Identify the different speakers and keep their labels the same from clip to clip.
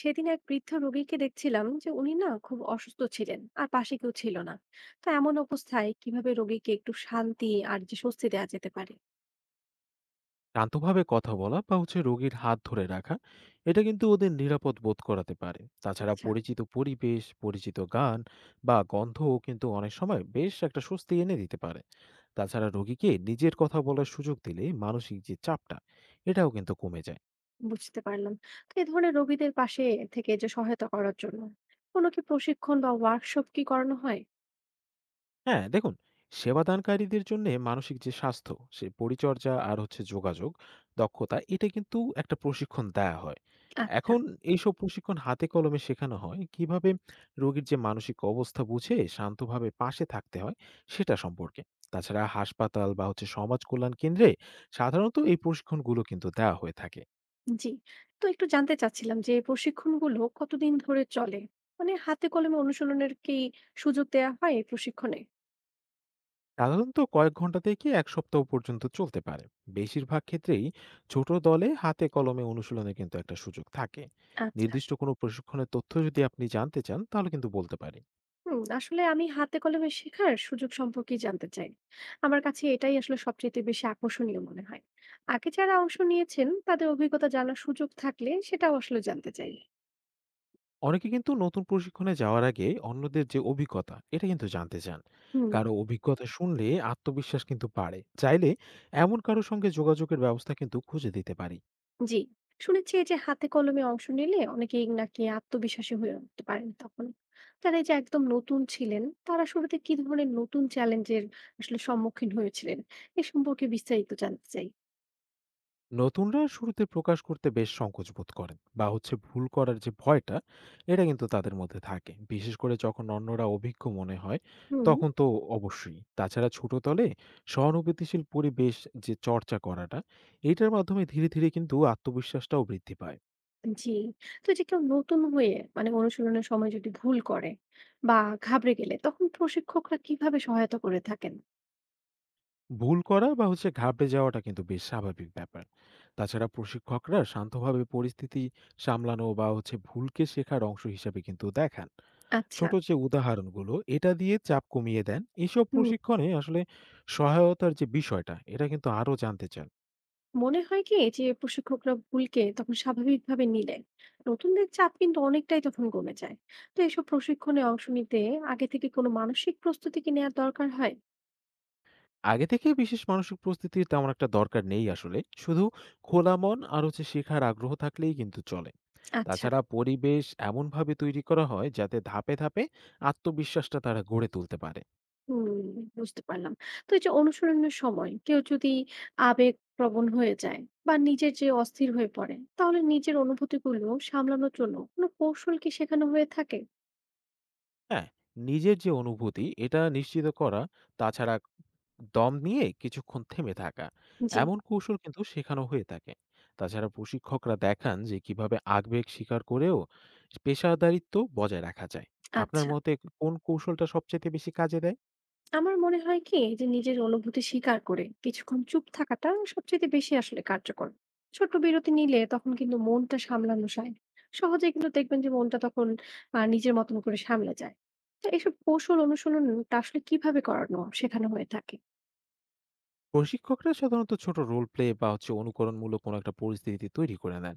Speaker 1: সেদিন এক বৃদ্ধ রোগীকে দেখছিলাম যে উনি না খুব অসুস্থ ছিলেন আর পাশে কেউ ছিল না। তো এমন অবস্থায় কিভাবে রোগীকে একটু শান্তি আর যে স্বস্তি দেওয়া যেতে পারে?
Speaker 2: শান্তভাবে কথা বলা বা হচ্ছে রোগীর হাত ধরে রাখা, এটা কিন্তু ওদের নিরাপদ বোধ করাতে পারে। তাছাড়া
Speaker 1: আচ্ছা,
Speaker 2: পরিচিত পরিবেশ, পরিচিত গান বা গন্ধও কিন্তু অনেক সময় বেশ একটা স্বস্তি এনে দিতে পারে। তাছাড়া রোগীকে নিজের কথা বলার সুযোগ দিলে মানসিক যে চাপটা, এটাও কিন্তু কমে যায়।
Speaker 1: বুঝতে পারলাম। তো এই ধরনের রোগীদের পাশে থেকে যে সহায়তা করার জন্য কোনো কি প্রশিক্ষণ বা ওয়ার্কশপ কি করানো হয়?
Speaker 2: হ্যাঁ, দেখুন, সেবাদানকারীদের জন্য মানসিক যে স্বাস্থ্য সে পরিচর্যা আর হচ্ছে যোগাযোগ দক্ষতা, এটা কিন্তু একটা প্রশিক্ষণ দেয়া হয়।
Speaker 1: আচ্ছা।
Speaker 2: এখন এইসব প্রশিক্ষণ হাতে কলমে শেখানো হয় কিভাবে রোগীর যে মানসিক অবস্থা বুঝে শান্তভাবে পাশে থাকতে হয় সেটা সম্পর্কে। তাছাড়া হাসপাতাল বা হচ্ছে সমাজ কল্যাণ কেন্দ্রে সাধারণত এই প্রশিক্ষণগুলো কিন্তু দেওয়া হয়ে থাকে।
Speaker 1: জি, তো একটু জানতে চাচ্ছিলাম যে প্রশিক্ষণ গুলো কতদিন ধরে চলে, মানে হাতে কলমে অনুশীলনের কি সুযোগ দেওয়া হয় এই প্রশিক্ষণে?
Speaker 2: সাধারণত কয়েক ঘন্টা থেকে এক সপ্তাহ পর্যন্ত চলতে পারে। বেশিরভাগ ক্ষেত্রেই ছোট দলে হাতে কলমে অনুশীলনে কিন্তু একটা সুযোগ থাকে।
Speaker 1: আচ্ছা।
Speaker 2: নির্দিষ্ট কোনো প্রশিক্ষণের তথ্য যদি আপনি জানতে চান তাহলে কিন্তু বলতে পারি।
Speaker 1: হুম, আসলে আমি হাতে কলমে শেখার সুযোগ সম্পর্কে জানতে চাই। আমার কাছে এটাই আসলে সবচেয়ে বেশি আকর্ষণীয় মনে হয়। আগে যারা অংশ নিয়েছেন তাদের অভিজ্ঞতা জানার সুযোগ থাকলে সেটাও আসলে জানতে চাই।
Speaker 2: অনেকে কিন্তু নতুন প্রশিক্ষণে যাওয়ার আগে অন্যদের যে অভিজ্ঞতা এটা কিন্তু জানতে চান।
Speaker 1: হুম।
Speaker 2: কারো অভিজ্ঞতা শুনলে আত্মবিশ্বাস কিন্তু বাড়ে। চাইলে এমন কারো সঙ্গে যোগাযোগের ব্যবস্থা কিন্তু খুঁজে দিতে পারি।
Speaker 1: জি, শুনেছি এই যে হাতে কলমে অংশ নিলে অনেকেই নাকি আত্মবিশ্বাসী হয়ে উঠতে পারেন। তখন যারা এই যে একদম নতুন ছিলেন তারা শুরুতে কি ধরনের নতুন চ্যালেঞ্জের আসলে সম্মুখীন হয়েছিলেন, এ সম্পর্কে বিস্তারিত জানতে চাই।
Speaker 2: নতুনরা শুরুতে প্রকাশ করতে বেশ সংকোচ বোধ করেন বা হচ্ছে ভুল করার যে ভয়টা, এটা কিন্তু তাদের মধ্যে থাকে, বিশেষ করে যখন অন্যরা অভিজ্ঞ মনে হয়।
Speaker 1: হুম।
Speaker 2: তখন তো অবশ্যই। তাছাড়া ছোট দলে সহানুভূতিশীল পরিবেশ, যে চর্চা করাটা, এটার মাধ্যমে ধীরে ধীরে কিন্তু আত্মবিশ্বাসটাও বৃদ্ধি পায়।
Speaker 1: জি। তো এই যে কেউ নতুন হয়ে মানে অনুশীলনের সময় যদি ভুল করে বা ঘাবড়ে গেলে তখন প্রশিক্ষকরা কিভাবে সহায়তা করে থাকেন?
Speaker 2: ভুল করা বা হচ্ছে ঘাবড়ে যাওয়াটা কিন্তু বেশ স্বাভাবিক ব্যাপার। তাছাড়া প্রশিক্ষকরা শান্তভাবে পরিস্থিতি সামলানো বা হচ্ছে ভুলকে শেখার অংশ হিসেবে কিন্তু দেখান।
Speaker 1: আচ্ছা।
Speaker 2: ছোট যে উদাহরণগুলো এটা দিয়ে চাপ কমিয়ে দেন এসব
Speaker 1: হুম,
Speaker 2: প্রশিক্ষণে আসলে। সহায়তার যে বিষয়টা এটা কিন্তু আরো জানতে চান?
Speaker 1: মনে হয় কি যে প্রশিক্ষকরা ভুলকে তখন স্বাভাবিকভাবে নিলে নতুনদের চাপ কিন্তু অনেকটাই তখন কমে যায়। তো এসব প্রশিক্ষণে অংশ নিতে আগে থেকে কোনো মানসিক প্রস্তুতি কি নেওয়ার দরকার হয়?
Speaker 2: আগে থেকে বিশেষ মানসিক প্রস্তুতির তেমন একটা দরকার নেই আসলে। শুধু খোলা মন আর হচ্ছে শেখার আগ্রহ থাকলেই কিন্তু চলে।
Speaker 1: আচ্ছা।
Speaker 2: তাছাড়া পরিবেশ এমনভাবে তৈরি করা হয় যাতে ধাপে ধাপে আত্মবিশ্বাসটা তারা গড়ে তুলতে পারে।
Speaker 1: হুম, বুঝতে পারলাম। তো এই যে অনুসরণের সময় কেউ যদি আবেগপ্রবণ হয়ে যায় বা নিজের যে অস্থির হয়ে পড়ে তাহলে নিজের অনুভূতিগুলো সামলানোর জন্য কোনো কৌশল কি শেখানো হয়ে থাকে?
Speaker 2: হ্যাঁ, নিজের যে অনুভূতি এটা নিশ্চিত করা, তাছাড়া দম নিয়ে কিছুক্ষণ থেমে থাকা,
Speaker 1: জি।
Speaker 2: এমন কৌশল কিন্তু শেখানো হয়ে থাকে। তাছাড়া প্রশিক্ষকরা দেখান যে কিভাবে আবেগ স্বীকার করেও পেশাদারিত্ব বজায় রাখা যায়। আপনার
Speaker 1: আচ্ছা,
Speaker 2: মতে কোন কৌশলটা সবচেয়ে বেশি কাজে দেয়?
Speaker 1: আমার মনে হয় কি যে নিজের অনুভূতি স্বীকার করে কিছুক্ষণ চুপ থাকাটা সবচেয়ে বেশি আসলে কার্যকর। ছোট বিরতি নিলে তখন কিন্তু মনটা সামলানো যায়। সহজে কিন্তু দেখবেন যে মনটা তখন নিজের মতন করে সামলে যায়। তো এসব কৌশল অনুশীলনটা আসলে কিভাবে করানো শেখানো হয়ে থাকে?
Speaker 2: প্রশিক্ষকরা সাধারণত ছোট রোল প্লে বা হচ্ছে অনুকরণমূলক কোনো একটা পরিস্থিতি তৈরি করে নেন,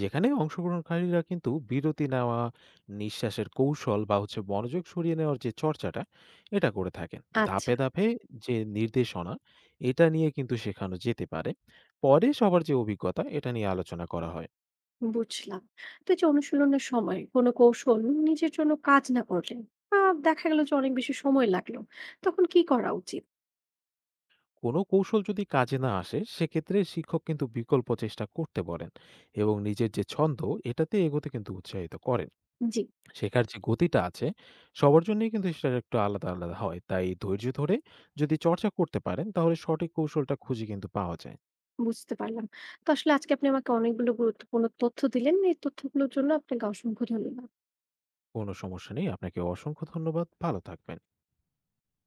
Speaker 2: যেখানে অংশগ্রহণকারীরা কিন্তু বিরতি নেওয়া, নিঃশ্বাসের কৌশল বা হচ্ছে মনোযোগ সরিয়ে নেওয়ার যে চর্চাটা এটা করে থাকেন।
Speaker 1: আচ্ছা,
Speaker 2: ধাপে ধাপে যে নির্দেশনা এটা নিয়ে কিন্তু শেখানো যেতে পারে। পরে সবার যে অভিজ্ঞতা এটা নিয়ে আলোচনা করা হয়।
Speaker 1: বুঝলাম। তো এই যে অনুশীলনের সময় কোনো কৌশল নিজের জন্য কাজ না করলে বা দেখা গেল যে অনেক বেশি সময় লাগলো তখন কি করা উচিত?
Speaker 2: কোনো কৌশল যদি কাজে না আসে সেক্ষেত্রে শিক্ষক কিন্তু বিকল্প চেষ্টা করতে পারেন এবং নিজের যে ছন্দ এটাতে এগোতে কিন্তু উৎসাহিত করেন।
Speaker 1: জি,
Speaker 2: শেখার যে গতিটা আছে সবার জন্যই কিন্তু সেটা একটু আলাদা, আলাদা হয়। তাই ধৈর্য ধরে যদি চর্চা করতে পারেন তাহলে সঠিক কৌশলটা খুঁজে কিন্তু পাওয়া যায়।
Speaker 1: বুঝতে পারলাম। তো আসলে আজকে আপনি আমাকে অনেকগুলো গুরুত্বপূর্ণ তথ্য দিলেন, এই তথ্যগুলোর জন্য আপনাকে অসংখ্য ধন্যবাদ।
Speaker 2: কোনো সমস্যা নেই। আপনাকে অসংখ্য ধন্যবাদ। ভালো থাকবেন।